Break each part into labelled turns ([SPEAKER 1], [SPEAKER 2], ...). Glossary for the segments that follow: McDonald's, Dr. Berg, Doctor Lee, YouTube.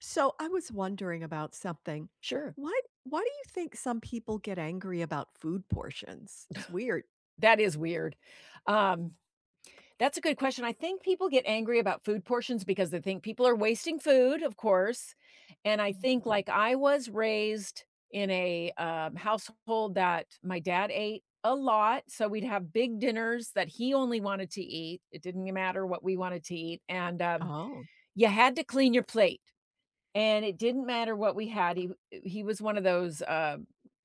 [SPEAKER 1] So I was wondering about something.
[SPEAKER 2] Sure.
[SPEAKER 1] Why why do you think some people get angry about food portions? It's weird.
[SPEAKER 2] That is weird. Um, that's a good question. I think people get angry about food portions because they think people are wasting food, of course. And I think,
[SPEAKER 1] Mhm.
[SPEAKER 2] like, I was raised in a household that my dad ate a lot. So we'd have big dinners that he only wanted to eat. It didn't matter what we wanted to eat. And
[SPEAKER 1] Oh.
[SPEAKER 2] you had to clean your plate. And it didn't matter what we had, he was one of those,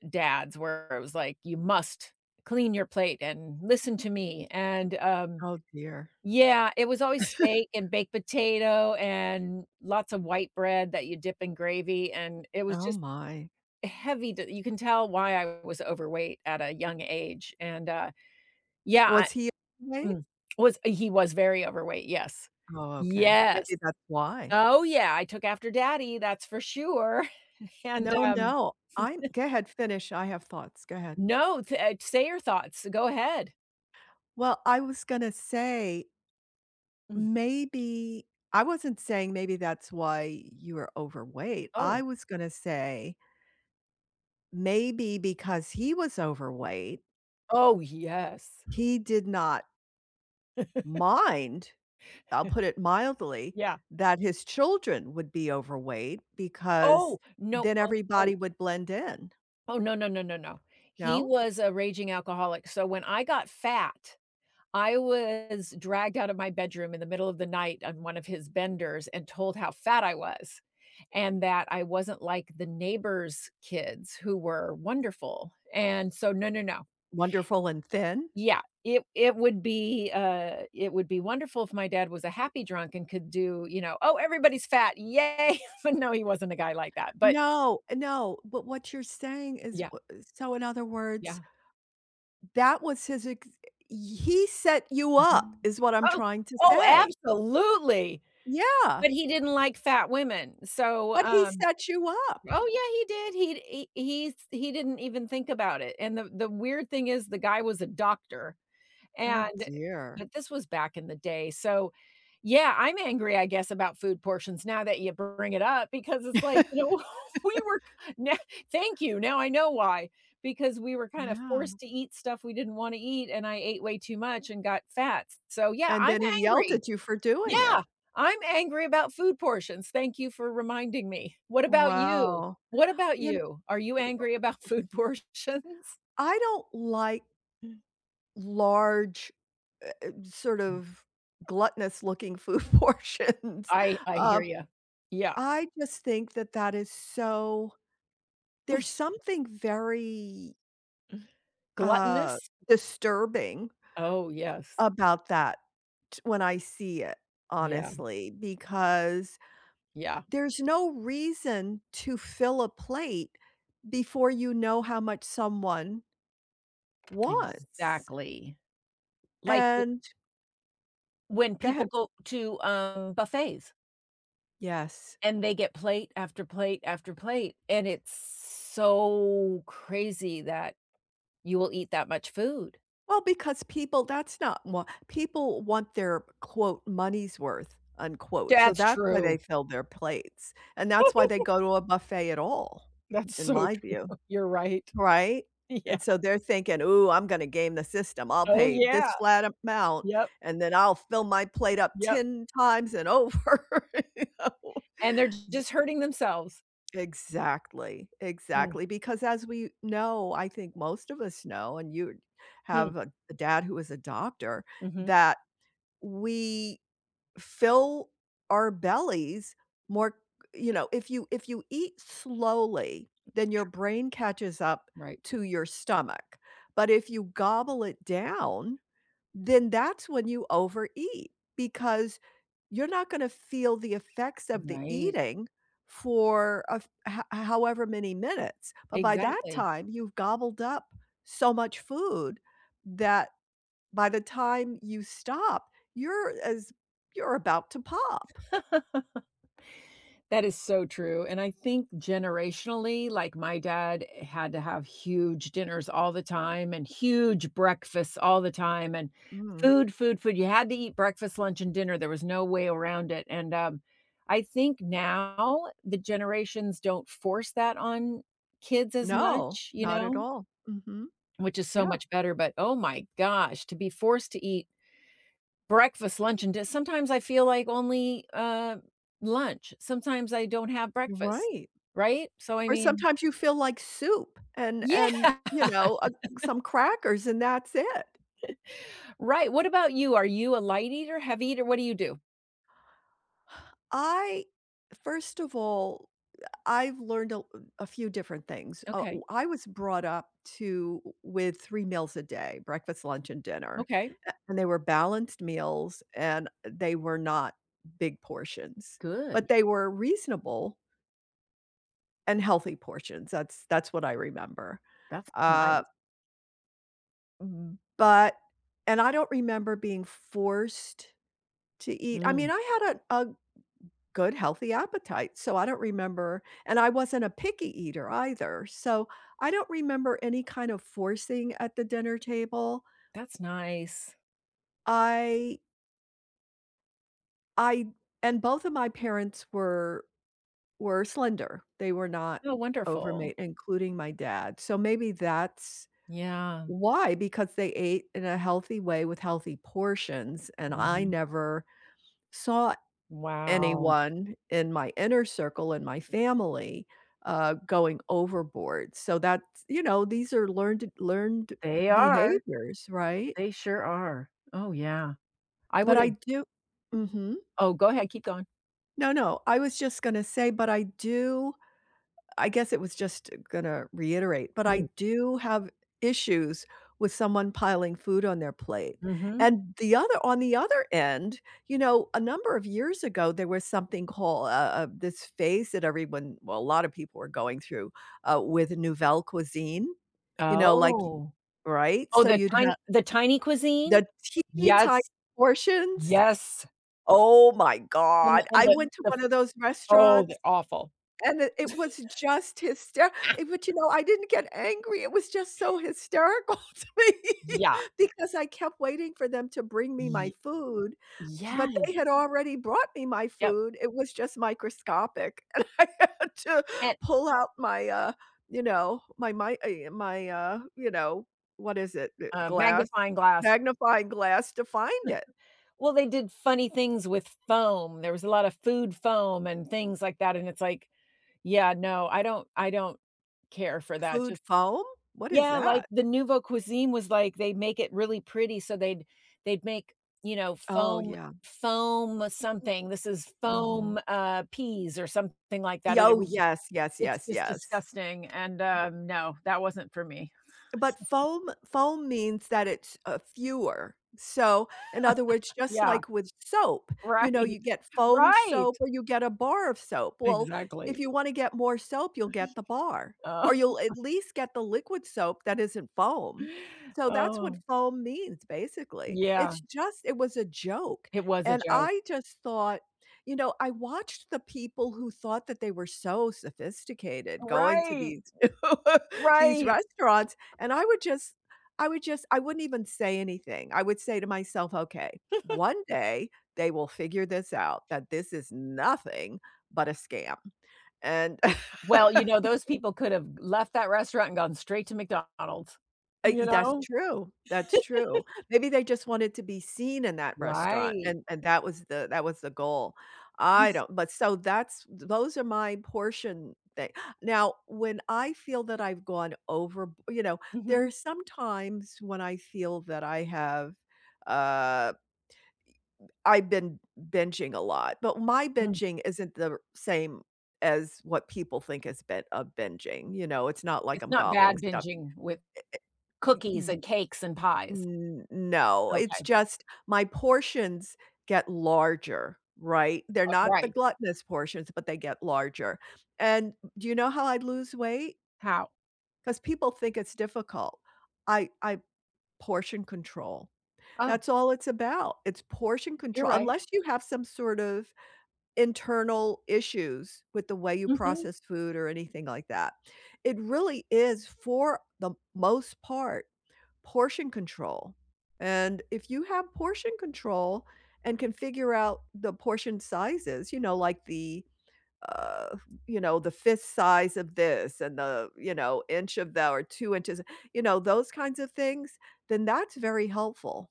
[SPEAKER 2] dads where it was like, "You must clean your plate and listen to me,"
[SPEAKER 1] Oh, dear.
[SPEAKER 2] Yeah, it was always steak and baked potato and lots of white bread that you dip in gravy, and it was
[SPEAKER 1] Oh,
[SPEAKER 2] just
[SPEAKER 1] my.
[SPEAKER 2] heavy d you can tell why I was overweight at a young age, Yeah, I
[SPEAKER 1] Was he overweight?
[SPEAKER 2] Mm. Was he was very overweight, yes.
[SPEAKER 1] Oh, okay.
[SPEAKER 2] Yes.
[SPEAKER 1] Maybe that's why.
[SPEAKER 2] Oh, yeah, I took after daddy, that's for sure, and,
[SPEAKER 1] No,
[SPEAKER 2] um
[SPEAKER 1] no. I'm go ahead, finish, I have thoughts, go ahead.
[SPEAKER 2] No, t say your thoughts, go ahead.
[SPEAKER 1] Well, I was gonna say
[SPEAKER 2] Mm.
[SPEAKER 1] maybe. I wasn't saying maybe that's why you were overweight. I
[SPEAKER 2] Oh,
[SPEAKER 1] was gonna say maybe because he was overweight,
[SPEAKER 2] oh, yes.
[SPEAKER 1] he did not mind, I'll put it mildly,
[SPEAKER 2] Yeah.
[SPEAKER 1] that his children would be overweight because
[SPEAKER 2] Oh, no,
[SPEAKER 1] then
[SPEAKER 2] oh, oh,
[SPEAKER 1] everybody would blend in,
[SPEAKER 2] oh, no, no, no, no, no. He
[SPEAKER 1] no?
[SPEAKER 2] was a raging alcoholic, so when I got fat, I was dragged out of my bedroom in the middle of the night on one of his benders and told how fat I was, and that I wasn't like the neighbors' kids who were wonderful, and so, no, no, no.
[SPEAKER 1] Wonderful and thin?
[SPEAKER 2] Yeah, it would be, it would be wonderful if my dad was a happy drunk and could do, you know, "Oh, everybody's fat. Yay!" But no, he wasn't a guy like that, but
[SPEAKER 1] No, no, but what you're saying is,
[SPEAKER 2] yeah,
[SPEAKER 1] w so in other
[SPEAKER 2] yeah,
[SPEAKER 1] words, that was his ex he set you
[SPEAKER 2] mhm.
[SPEAKER 1] up is what I'm
[SPEAKER 2] Oh,
[SPEAKER 1] trying to
[SPEAKER 2] oh,
[SPEAKER 1] say.
[SPEAKER 2] absolutely,
[SPEAKER 1] Yeah,
[SPEAKER 2] but he didn't like fat women, so,
[SPEAKER 1] but he set you up.
[SPEAKER 2] Oh, yeah, he did. He'd he didn't even think about it, and the weird thing is the guy was a doctor.
[SPEAKER 1] Oh,
[SPEAKER 2] And
[SPEAKER 1] dear.
[SPEAKER 2] but this was back in the day, so yeah, I'm angry, I guess, about food portions now that you bring it up because it's like, we were now thank you, now I know why, because we were kind of
[SPEAKER 1] Yeah,
[SPEAKER 2] forced to eat stuff we didn't wanna eat, and I ate way too much and got fat. So, yeah,
[SPEAKER 1] and
[SPEAKER 2] I'm
[SPEAKER 1] then he yelled
[SPEAKER 2] angry.
[SPEAKER 1] at you for doing
[SPEAKER 2] Yeah,
[SPEAKER 1] it.
[SPEAKER 2] I'm angry about food portions. Thank you for reminding me. What about you?
[SPEAKER 1] Wow,
[SPEAKER 2] What about
[SPEAKER 1] and
[SPEAKER 2] you? Are you angry about food portions?
[SPEAKER 1] I don't like large, sort of gluttonous looking food portions.
[SPEAKER 2] I hear
[SPEAKER 1] Um,
[SPEAKER 2] you. Yeah.
[SPEAKER 1] I just think that that is so, there's something very, uh,
[SPEAKER 2] Gluttonous?
[SPEAKER 1] disturbing
[SPEAKER 2] Oh, yes.
[SPEAKER 1] about that when I see it,
[SPEAKER 2] Yeah,
[SPEAKER 1] honestly, because
[SPEAKER 2] yeah,
[SPEAKER 1] there's no reason to fill a plate before you know how much someone wants.
[SPEAKER 2] exactly. Like, w
[SPEAKER 1] And.
[SPEAKER 2] when
[SPEAKER 1] Go
[SPEAKER 2] people
[SPEAKER 1] ahead.
[SPEAKER 2] go to, buffets
[SPEAKER 1] Yes.
[SPEAKER 2] and they get plate after plate after plate, and it's so crazy that you will eat that much food.
[SPEAKER 1] Well, because people that's not what people want, their quote "money's worth" unquote, so
[SPEAKER 2] That's
[SPEAKER 1] that's why
[SPEAKER 2] true.
[SPEAKER 1] they fill their plates, and that's why they go to a buffet at all,
[SPEAKER 2] That's
[SPEAKER 1] in
[SPEAKER 2] so
[SPEAKER 1] my
[SPEAKER 2] true.
[SPEAKER 1] view,
[SPEAKER 2] You're right.
[SPEAKER 1] right?
[SPEAKER 2] Yeah.
[SPEAKER 1] And so they're thinking, "Ooh, I'm gonna game the system. I'll
[SPEAKER 2] Oh,
[SPEAKER 1] pay
[SPEAKER 2] yeah.
[SPEAKER 1] this flat amount,
[SPEAKER 2] Yep,
[SPEAKER 1] and then I'll fill my plate up
[SPEAKER 2] yep,
[SPEAKER 1] 10 times and over," you know?
[SPEAKER 2] and they're j- just hurting themselves.
[SPEAKER 1] Exactly,
[SPEAKER 2] Mhm,
[SPEAKER 1] exactly, because as we know, I think most of us know, and you have a dad who is a doctor,
[SPEAKER 2] mhm.
[SPEAKER 1] that we fill our bellies more, you know, if you eat slowly, then your brain catches up
[SPEAKER 2] Right,
[SPEAKER 1] to your stomach, but if you gobble it down then that's when you overeat because you're not going to feel the effects of the
[SPEAKER 2] right.
[SPEAKER 1] eating for however many minutes. But by that
[SPEAKER 2] Exactly.
[SPEAKER 1] time, you've gobbled up so much food that by the time you stop, you're about to pop.
[SPEAKER 2] That is so true, and I think generationally, like, my dad eh, had to have huge dinners all the time and huge breakfasts all the time and
[SPEAKER 1] Mm.
[SPEAKER 2] food, food, food. You had to eat breakfast, lunch, and dinner. There was no way around it, and I think now the generations don't force that on kids as
[SPEAKER 1] No,
[SPEAKER 2] much, you
[SPEAKER 1] not at
[SPEAKER 2] know,
[SPEAKER 1] all. Hmm.
[SPEAKER 2] which is so
[SPEAKER 1] Yeah,
[SPEAKER 2] much better, but oh my gosh, to be forced to eat breakfast, lunch, and dinner. Sometimes I feel like only lunch. Sometimes I don't have
[SPEAKER 1] you're
[SPEAKER 2] breakfast,
[SPEAKER 1] right.
[SPEAKER 2] right? So I
[SPEAKER 1] Or
[SPEAKER 2] mean,
[SPEAKER 1] sometimes you feel like soup and
[SPEAKER 2] yeah,
[SPEAKER 1] some crackers and that's it.
[SPEAKER 2] right. What about you? Are you a light eater, heavy eater? What do you do?
[SPEAKER 1] I first of all, I've learned a few different things.
[SPEAKER 2] Okay,
[SPEAKER 1] W I was brought up to with 3 meals a day, breakfast, lunch, and dinner,
[SPEAKER 2] okay,
[SPEAKER 1] a and they were balanced meals, and they were not big portions, but
[SPEAKER 2] good.
[SPEAKER 1] they were reasonable and healthy portions, that's what I remember,
[SPEAKER 2] That's
[SPEAKER 1] uh,
[SPEAKER 2] nice.
[SPEAKER 1] but and I don't remember being forced to eat. I
[SPEAKER 2] Mm,
[SPEAKER 1] mean, I had a good healthy appetite. So I don't remember. And I wasn't a picky eater either. So I don't remember any kind of forcing at the dinner table.
[SPEAKER 2] that's nice.
[SPEAKER 1] I I and both of my parents were slender. They were not
[SPEAKER 2] Oh, wonderful.
[SPEAKER 1] overweight, including my dad. So maybe that's
[SPEAKER 2] Yeah.
[SPEAKER 1] why, because they ate in a healthy way with healthy portions. And I
[SPEAKER 2] Mhm.
[SPEAKER 1] never saw
[SPEAKER 2] Wow.
[SPEAKER 1] anyone in my inner circle, in my family, going overboard. So that's you know, these are learned
[SPEAKER 2] They are.
[SPEAKER 1] behaviors, right?
[SPEAKER 2] They sure are. Oh yeah. I
[SPEAKER 1] But
[SPEAKER 2] would
[SPEAKER 1] I
[SPEAKER 2] have.
[SPEAKER 1] do. Mhm.
[SPEAKER 2] Oh, go ahead. Keep going.
[SPEAKER 1] No, no, I was just gonna say, but I guess it was just gonna reiterate, but I do have issues with someone piling food on their plate.
[SPEAKER 2] Mm-hmm.
[SPEAKER 1] And the other on the other end, you know, a number of years ago, there was something called, this phase that everyone well, a lot of people were going through, with nouvelle cuisine, you know, like,
[SPEAKER 2] Oh.
[SPEAKER 1] right?
[SPEAKER 2] Oh,
[SPEAKER 1] So you'd have
[SPEAKER 2] the tiny cuisine.
[SPEAKER 1] the teeny tiny
[SPEAKER 2] Yes,
[SPEAKER 1] portions.
[SPEAKER 2] yes.
[SPEAKER 1] Oh, my God.
[SPEAKER 2] And
[SPEAKER 1] I went to
[SPEAKER 2] the
[SPEAKER 1] one of those
[SPEAKER 2] Oh,
[SPEAKER 1] restaurants
[SPEAKER 2] they're awful.
[SPEAKER 1] and it was just hysterical.
[SPEAKER 2] Ah.
[SPEAKER 1] But, you know, I didn't get angry, it was just so hysterical to me
[SPEAKER 2] Yeah,
[SPEAKER 1] because I kept waiting for them to bring me my
[SPEAKER 2] ye
[SPEAKER 1] food, but
[SPEAKER 2] yes,
[SPEAKER 1] they had already brought me my
[SPEAKER 2] yep,
[SPEAKER 1] food, it was just microscopic, and I had to
[SPEAKER 2] and,
[SPEAKER 1] pull out my, you know, my, my, what is it? Eh,
[SPEAKER 2] uh,
[SPEAKER 1] glass
[SPEAKER 2] magnifying glass.
[SPEAKER 1] magnifying glass to find it.
[SPEAKER 2] Well, they did funny things with foam, there was a lot of food foam and things like that, and it's like, yeah, no, I don't care for that,
[SPEAKER 1] Food
[SPEAKER 2] just
[SPEAKER 1] foam? What is
[SPEAKER 2] yeah, like,
[SPEAKER 1] that?
[SPEAKER 2] the nouveau cuisine was like, they make it really pretty, so they'd make, you know,
[SPEAKER 1] Oh,
[SPEAKER 2] foam
[SPEAKER 1] yeah.
[SPEAKER 2] foam something, this is
[SPEAKER 1] Mhm.
[SPEAKER 2] foam, peas or something like that, and it
[SPEAKER 1] Oh,
[SPEAKER 2] would just
[SPEAKER 1] yes, yes,
[SPEAKER 2] It's
[SPEAKER 1] yes,
[SPEAKER 2] just
[SPEAKER 1] yes.
[SPEAKER 2] disgusting, and no, that wasn't for me.
[SPEAKER 1] But foam foam means that it's, fewer. So, in other words, just
[SPEAKER 2] Yeah,
[SPEAKER 1] like with soap, you know,
[SPEAKER 2] right,
[SPEAKER 1] you get foamed
[SPEAKER 2] right,
[SPEAKER 1] soap or you get a bar of soap. Well, if
[SPEAKER 2] exactly.
[SPEAKER 1] you wanna get more soap, you'll get the bar,
[SPEAKER 2] Oh,
[SPEAKER 1] or you'll at least get the liquid soap that isn't foam. So that's what
[SPEAKER 2] oh,
[SPEAKER 1] foam means, basically.
[SPEAKER 2] yeah,
[SPEAKER 1] It was a joke,
[SPEAKER 2] it was a
[SPEAKER 1] and
[SPEAKER 2] joke.
[SPEAKER 1] I just thought, I watched the people who thought that they were so sophisticated going to
[SPEAKER 2] Right,
[SPEAKER 1] these these
[SPEAKER 2] right.
[SPEAKER 1] restaurants, and I wouldn't even say anything. I would say to myself, "Okay, one day they will figure this out, that this is nothing but a scam." And
[SPEAKER 2] Well, you know, those people could have left that restaurant and gone straight to McDonald's,
[SPEAKER 1] I
[SPEAKER 2] you
[SPEAKER 1] that's
[SPEAKER 2] know?
[SPEAKER 1] true, that's true. Maybe they just wanted to be seen in that restaurant,
[SPEAKER 2] Right.
[SPEAKER 1] and that was the goal. I
[SPEAKER 2] Yes.
[SPEAKER 1] don't. But so, that's those are my portion thing. Now, when I feel that I've gone over, you know, there
[SPEAKER 2] Mhm,
[SPEAKER 1] are some times when I feel that uh I've been binging a lot, but my
[SPEAKER 2] mm.
[SPEAKER 1] binging isn't the same as what people think is bit of binging. It's not like
[SPEAKER 2] It's
[SPEAKER 1] I'm
[SPEAKER 2] not
[SPEAKER 1] gobbling
[SPEAKER 2] bad
[SPEAKER 1] stuff.
[SPEAKER 2] binging with
[SPEAKER 1] Y
[SPEAKER 2] cookies and cakes and pies.
[SPEAKER 1] n no, it's
[SPEAKER 2] Okay,
[SPEAKER 1] just my portions get larger, right? They're
[SPEAKER 2] but
[SPEAKER 1] not the
[SPEAKER 2] right.
[SPEAKER 1] gluttonous portions, but they get larger, and do you know how I lose weight?
[SPEAKER 2] How?
[SPEAKER 1] Because people think it's difficult. I portion control.
[SPEAKER 2] Oh,
[SPEAKER 1] That's all it's about. It's portion
[SPEAKER 2] you're
[SPEAKER 1] control
[SPEAKER 2] right.
[SPEAKER 1] unless you have some sort of internal issues with the way you
[SPEAKER 2] Mhm.
[SPEAKER 1] process food or anything like that. It really is, for the most part, portion control, and if you have portion control and can figure out the portion sizes, you know, like uh, the fist size of this and the, inch of that or 2 inches, you know, those kinds of things, then that's very helpful.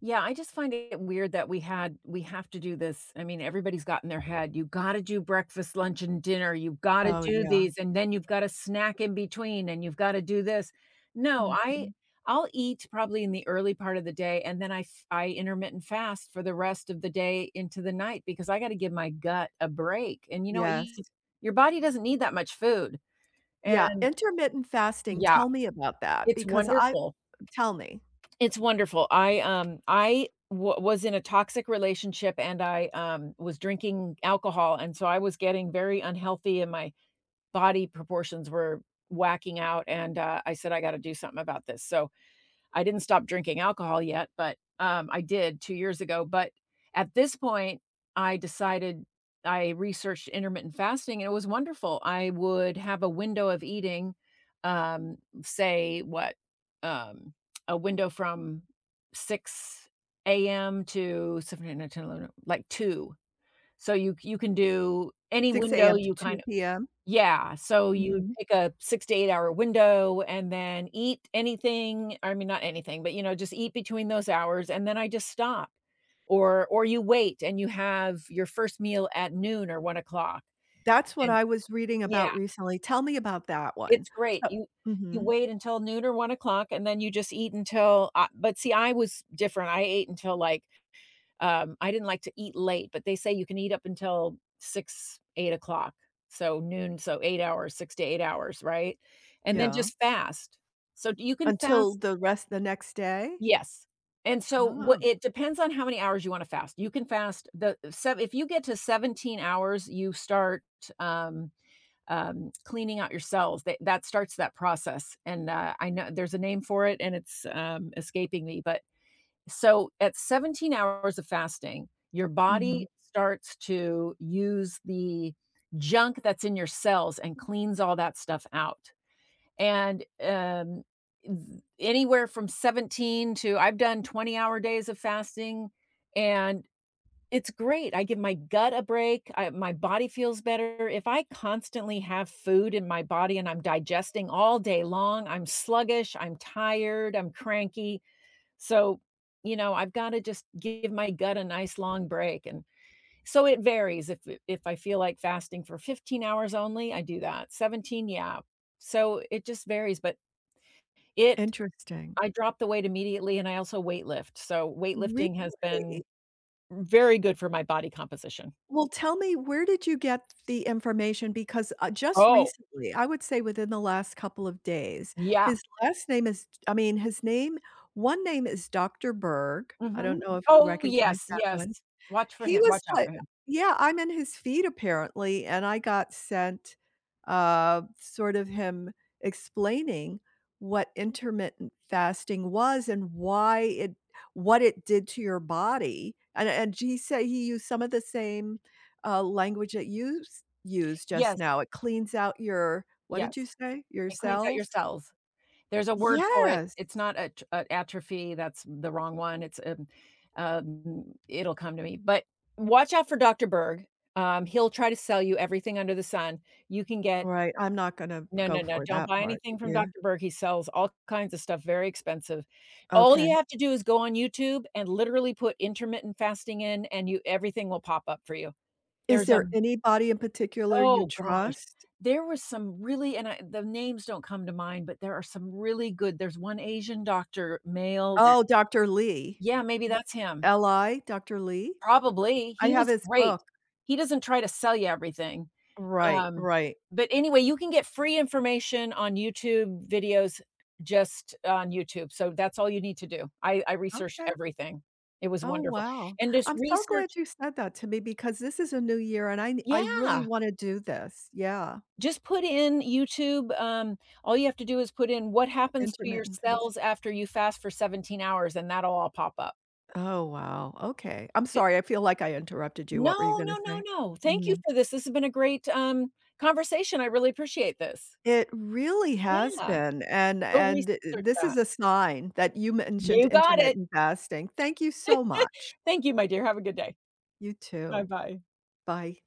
[SPEAKER 2] Yeah, I just find it weird that we have to do this. I mean, everybody's got in their head, you gotta do breakfast, lunch, and dinner. You've gotta
[SPEAKER 1] Oh,
[SPEAKER 2] do
[SPEAKER 1] yeah.
[SPEAKER 2] these, and then you've got to snack in between, and you've gotta do this. No, I
[SPEAKER 1] Mhm.
[SPEAKER 2] I'll eat probably in the early part of the day, and then I f- I intermittent fast for the rest of the day into the night because I got to give my gut a break. And you know what?
[SPEAKER 1] Yes.
[SPEAKER 2] You, your body doesn't need that much food.
[SPEAKER 1] Yeah,
[SPEAKER 2] And
[SPEAKER 1] intermittent fasting,
[SPEAKER 2] yeah,
[SPEAKER 1] tell me about that
[SPEAKER 2] it's
[SPEAKER 1] because I
[SPEAKER 2] wonderful.
[SPEAKER 1] tell me.
[SPEAKER 2] It's wonderful. I was in a toxic relationship and I was drinking alcohol, and so I was getting very unhealthy and my body proportions were whacking out, and I said, "I gotta do something about this." So, I didn't stop drinking alcohol yet, but I did 2 years ago, but at this point, I decided I researched intermittent fasting, and it was wonderful. I would have a window of eating, um, say, what, um, a window from 6 a.m. to 7, eight, nine, ten, 11, like 2. So you can do any
[SPEAKER 1] 6
[SPEAKER 2] window
[SPEAKER 1] AM to
[SPEAKER 2] you kind
[SPEAKER 1] 2 p.m.?
[SPEAKER 2] yeah, so you
[SPEAKER 1] Mhm.
[SPEAKER 2] pick a 6 to 8 hour window and then eat anything I mean, not anything, but, you know, just eat between those hours, and then I just stop. Or you wait and you have your first meal at noon or 1 o'clock,
[SPEAKER 1] That's what
[SPEAKER 2] and
[SPEAKER 1] I was reading
[SPEAKER 2] yeah,
[SPEAKER 1] about recently. Tell me about that one.
[SPEAKER 2] it's great.
[SPEAKER 1] So.
[SPEAKER 2] You
[SPEAKER 1] Mhm,
[SPEAKER 2] wait until noon or 1 o'clock, and then you just eat until, but see, I was different. I ate until, like, I didn't like to eat late, but they say you can eat up until 6, 8 o'clock. So noon, so 8 hours, 6 to 8 hours, right? And then
[SPEAKER 1] yeah.
[SPEAKER 2] just fast. So you can
[SPEAKER 1] Until
[SPEAKER 2] fast
[SPEAKER 1] the next day?
[SPEAKER 2] Yes. And so what
[SPEAKER 1] Oh,
[SPEAKER 2] it depends on how many hours you wanna fast. You can fast the sev if you get to 17 hours, you start, um cleaning out your cells. That that starts that process, and I know there's a name for it, and it's escaping me, but so at 17 hours of fasting, your
[SPEAKER 1] mhm,
[SPEAKER 2] body starts to use the junk that's in your cells and cleans all that stuff out. And, um, th anywhere from 17 to I've done 20-hour days of fasting, and it's great. I give my gut a break, I my body feels better. If I constantly have food in my body and I'm digesting all day long, I'm sluggish, I'm tired, I'm cranky. So, you know, I've gotta just give my gut a nice long break, and so it varies. If I feel like fasting for 15 hours only, I do that. 17, yeah. So it just varies, but it
[SPEAKER 1] interesting.
[SPEAKER 2] I dropped the weight immediately, and I also weight lift. So
[SPEAKER 1] Really?
[SPEAKER 2] weightlifting has been very good for my body composition.
[SPEAKER 1] Well, tell me, where did you get the information? Because, just
[SPEAKER 2] Oh,
[SPEAKER 1] recently, I would say within the last couple of days,
[SPEAKER 2] yeah.
[SPEAKER 1] his last name is, I mean, his name, one name is Dr. Berg. I don't
[SPEAKER 2] Mhm.
[SPEAKER 1] know if we
[SPEAKER 2] Oh,
[SPEAKER 1] recognize
[SPEAKER 2] yes,
[SPEAKER 1] that
[SPEAKER 2] yes.
[SPEAKER 1] one.
[SPEAKER 2] Watch for
[SPEAKER 1] He
[SPEAKER 2] him
[SPEAKER 1] was
[SPEAKER 2] watch out
[SPEAKER 1] t
[SPEAKER 2] for him.
[SPEAKER 1] yeah, I'm in his feed apparently, and I got sent, sort of him explaining what intermittent fasting was and why it what it did to your body, and he said he used some of the same, language that you s used just
[SPEAKER 2] Yes,
[SPEAKER 1] now. It cleans out your what
[SPEAKER 2] yes.
[SPEAKER 1] did you say? Your
[SPEAKER 2] It cleans out your
[SPEAKER 1] cells?
[SPEAKER 2] cells. There's a word for it.
[SPEAKER 1] Yes.
[SPEAKER 2] It's not a atrophy, that's the wrong one. It'll come to me, but watch out for Dr. Berg. He'll try to sell you everything under the sun. You can
[SPEAKER 1] All
[SPEAKER 2] get
[SPEAKER 1] right, I'm not gonna
[SPEAKER 2] no, no,
[SPEAKER 1] go
[SPEAKER 2] no,
[SPEAKER 1] for
[SPEAKER 2] don't
[SPEAKER 1] that
[SPEAKER 2] buy
[SPEAKER 1] part,
[SPEAKER 2] anything from
[SPEAKER 1] yeah.
[SPEAKER 2] Dr. Berg. He sells all kinds of stuff, very expensive. All you
[SPEAKER 1] Okay.
[SPEAKER 2] have to do is go on YouTube and literally put intermittent fasting in and you everything will pop up for you.
[SPEAKER 1] Is
[SPEAKER 2] There's a
[SPEAKER 1] there anybody in particular you
[SPEAKER 2] Oh gosh,
[SPEAKER 1] trust?
[SPEAKER 2] there was some really and I the names don't come to mind, but there are some really good there's one Asian doctor, male that
[SPEAKER 1] Oh, Doctor Lee.
[SPEAKER 2] yeah, maybe that's him.
[SPEAKER 1] L-I, Doctor Lee?
[SPEAKER 2] Probably,
[SPEAKER 1] I
[SPEAKER 2] he
[SPEAKER 1] have
[SPEAKER 2] was
[SPEAKER 1] his
[SPEAKER 2] great.
[SPEAKER 1] book.
[SPEAKER 2] He doesn't try to sell you everything.
[SPEAKER 1] Right,
[SPEAKER 2] Um,
[SPEAKER 1] right.
[SPEAKER 2] but anyway, you can get free information on YouTube videos just on YouTube, so that's all you need to do. I researched
[SPEAKER 1] Okay.
[SPEAKER 2] everything. It was
[SPEAKER 1] Oh,
[SPEAKER 2] wonderful.
[SPEAKER 1] wow.
[SPEAKER 2] And just
[SPEAKER 1] I'm so
[SPEAKER 2] research
[SPEAKER 1] glad you said that to me because this is a new year and I really
[SPEAKER 2] Yeah.
[SPEAKER 1] wanna do this. Yeah,
[SPEAKER 2] Just put in YouTube, all you have to do is put in what happens to your
[SPEAKER 1] intermittent
[SPEAKER 2] cells
[SPEAKER 1] fasting.
[SPEAKER 2] after you fast for 17 hours, and that'll all pop up.
[SPEAKER 1] Oh, wow. Okay. I'm
[SPEAKER 2] D
[SPEAKER 1] sorry, I feel like I interrupted you. What were you
[SPEAKER 2] No,
[SPEAKER 1] gonna
[SPEAKER 2] no, no,
[SPEAKER 1] say?
[SPEAKER 2] no. Thank you
[SPEAKER 1] Mm.
[SPEAKER 2] for this. This has been a great, conversation. I really appreciate this.
[SPEAKER 1] It really has
[SPEAKER 2] Yeah.
[SPEAKER 1] been, and
[SPEAKER 2] Go research
[SPEAKER 1] this
[SPEAKER 2] that.
[SPEAKER 1] is a sign that you mentioned
[SPEAKER 2] You got it.
[SPEAKER 1] intermittent fasting. Thank you so much.
[SPEAKER 2] Thank you, my dear. Have a good day.
[SPEAKER 1] You too.
[SPEAKER 2] Bye-bye.
[SPEAKER 1] Bye.